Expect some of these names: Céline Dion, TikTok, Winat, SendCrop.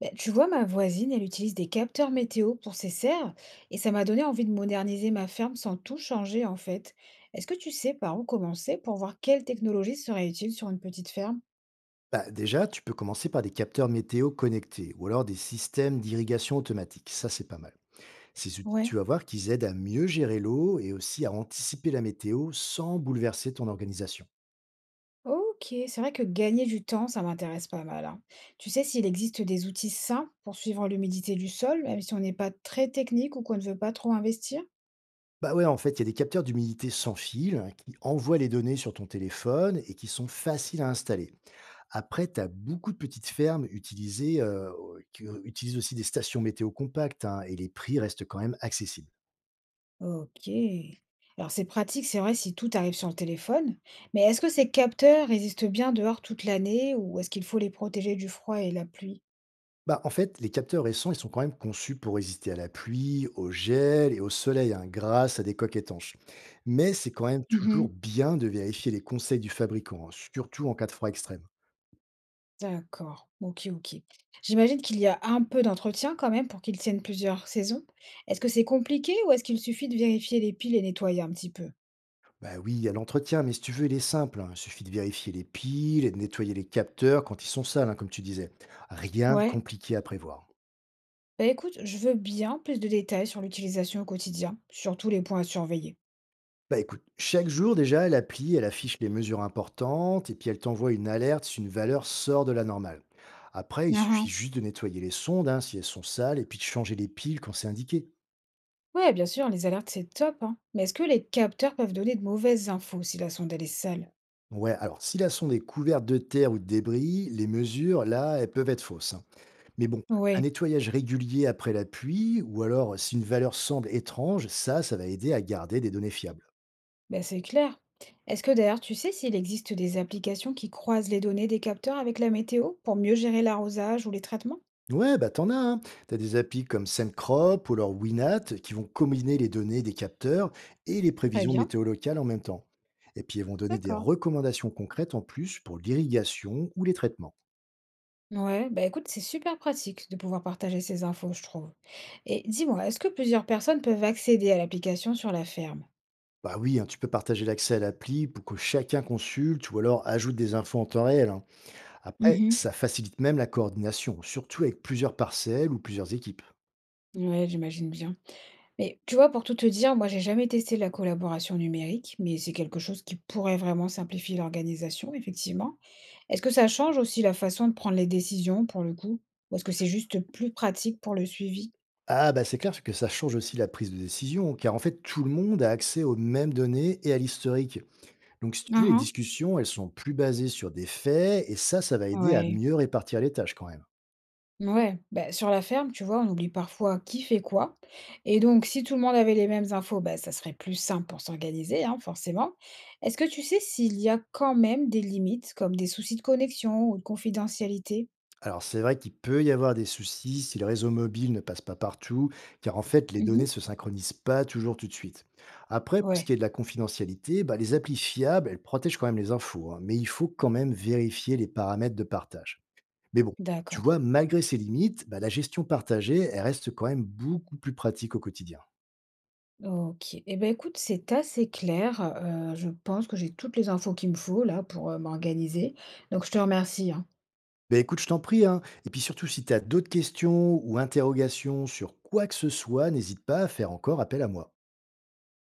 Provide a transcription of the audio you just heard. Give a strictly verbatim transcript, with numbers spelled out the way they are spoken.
Ben, tu vois, ma voisine, elle utilise des capteurs météo pour ses serres et ça m'a donné envie de moderniser ma ferme sans tout changer en fait. Est-ce que tu sais par où commencer pour voir quelle technologie serait utile sur une petite ferme? Bah, déjà, tu peux commencer par des capteurs météo connectés ou alors des systèmes d'irrigation automatique. Ça, c'est pas mal. Ces outils, tu Ouais. vas voir qu'ils aident à mieux gérer l'eau et aussi à anticiper la météo sans bouleverser ton organisation. Ok, c'est vrai que gagner du temps, ça m'intéresse pas mal, hein. Tu sais s'il existe des outils simples pour suivre l'humidité du sol, même si on n'est pas très technique ou qu'on ne veut pas trop investir? Bah ouais, en fait, il y a des capteurs d'humidité sans fil hein, qui envoient les données sur ton téléphone et qui sont faciles à installer. Après, tu as beaucoup de petites fermes utilisées, euh, qui euh, utilisent aussi des stations météo compactes hein, et les prix restent quand même accessibles. OK. Alors c'est pratique, c'est vrai, si tout arrive sur le téléphone, mais est-ce que ces capteurs résistent bien dehors toute l'année ou est-ce qu'il faut les protéger du froid et la pluie? Bah, en fait, les capteurs récents, ils sont quand même conçus pour résister à la pluie, au gel et au soleil, hein, grâce à des coques étanches. Mais c'est quand même Mhm. toujours bien de vérifier les conseils du fabricant, hein, surtout en cas de froid extrême. D'accord, ok, ok. J'imagine qu'il y a un peu d'entretien quand même pour qu'ils tiennent plusieurs saisons. Est-ce que c'est compliqué ou est-ce qu'il suffit de vérifier les piles et nettoyer un petit peu? Bah oui, il y a l'entretien, mais si tu veux, il est simple, hein. Il suffit de vérifier les piles et de nettoyer les capteurs quand ils sont sales, hein, comme tu disais. Rien de Ouais. compliqué à prévoir. Bah écoute, je veux bien plus de détails sur l'utilisation au quotidien, surtout les points à surveiller. Bah écoute, chaque jour déjà, l'appli, elle affiche les mesures importantes et puis elle t'envoie une alerte si une valeur sort de la normale. Après, il Ah. suffit ah. juste de nettoyer les sondes hein, si elles sont sales et puis de changer les piles quand c'est indiqué. Ouais, bien sûr, les alertes, c'est top, hein. Mais est-ce que les capteurs peuvent donner de mauvaises infos si la sonde, elle est sale? Ouais, alors si la sonde est couverte de terre ou de débris, les mesures, là, elles peuvent être fausses, hein. Mais bon, un Oui, nettoyage régulier après la pluie ou alors si une valeur semble étrange, ça, ça va aider à garder des données fiables. ben c'est clair. Est-ce que d'ailleurs, tu sais s'il existe des applications qui croisent les données des capteurs avec la météo pour mieux gérer l'arrosage ou les traitements? Ouais, bah t'en as, hein. T'as des applis comme SendCrop ou alors Winat qui vont combiner les données des capteurs et les Très prévisions bien, météo locales en même temps. Et puis elles vont donner des d'accord. recommandations concrètes en plus pour l'irrigation ou les traitements. Ouais, bah écoute, c'est super pratique de pouvoir partager ces infos, je trouve. Et dis-moi, est-ce que plusieurs personnes peuvent accéder à l'application sur la ferme? Bah oui, hein, tu peux partager l'accès à l'appli pour que chacun consulte ou alors ajoute des infos en temps réel, hein. Après, Mhm. ça facilite même la coordination, surtout avec plusieurs parcelles ou plusieurs équipes. Ouais, j'imagine bien. Mais tu vois, pour tout te dire, moi, j'ai jamais testé la collaboration numérique, mais c'est quelque chose qui pourrait vraiment simplifier l'organisation, effectivement. Est-ce que ça change aussi la façon de prendre les décisions, pour le coup? Ou est-ce que c'est juste plus pratique pour le suivi? Ah bah c'est clair que ça change aussi la prise de décision, car en fait tout le monde a accès aux mêmes données et à l'historique. Donc, si tu veux, les Mhm. discussions, elles sont plus basées sur des faits et ça, ça va aider à Ouais. mieux répartir les tâches quand même. Ouais, bah, sur la ferme, tu vois, on oublie parfois qui fait quoi. Et donc, si tout le monde avait les mêmes infos, bah, ça serait plus simple pour s'organiser, hein, forcément. Est-ce que tu sais s'il y a quand même des limites, comme des soucis de connexion ou de confidentialité? Alors, c'est vrai qu'il peut y avoir des soucis si le réseau mobile ne passe pas partout, car en fait, les données ne Mhm. se synchronisent pas toujours tout de suite. Après, pour ce Ouais, qui est de la confidentialité, bah, les applis fiables, elles protègent quand même les infos, hein, mais il faut quand même vérifier les paramètres de partage. Mais bon, tu d'accord. vois, malgré ces limites, bah, la gestion partagée, elle reste quand même beaucoup plus pratique au quotidien. OK et ben écoute, c'est assez clair, heu, je pense que j'ai toutes les infos qu'il me faut là pour, heu, m'organiser, donc je te remercie, hein. Ben écoute, je t'en prie, hein. Et puis surtout, si tu as d'autres questions ou interrogations sur quoi que ce soit, n'hésite pas à faire encore appel à moi.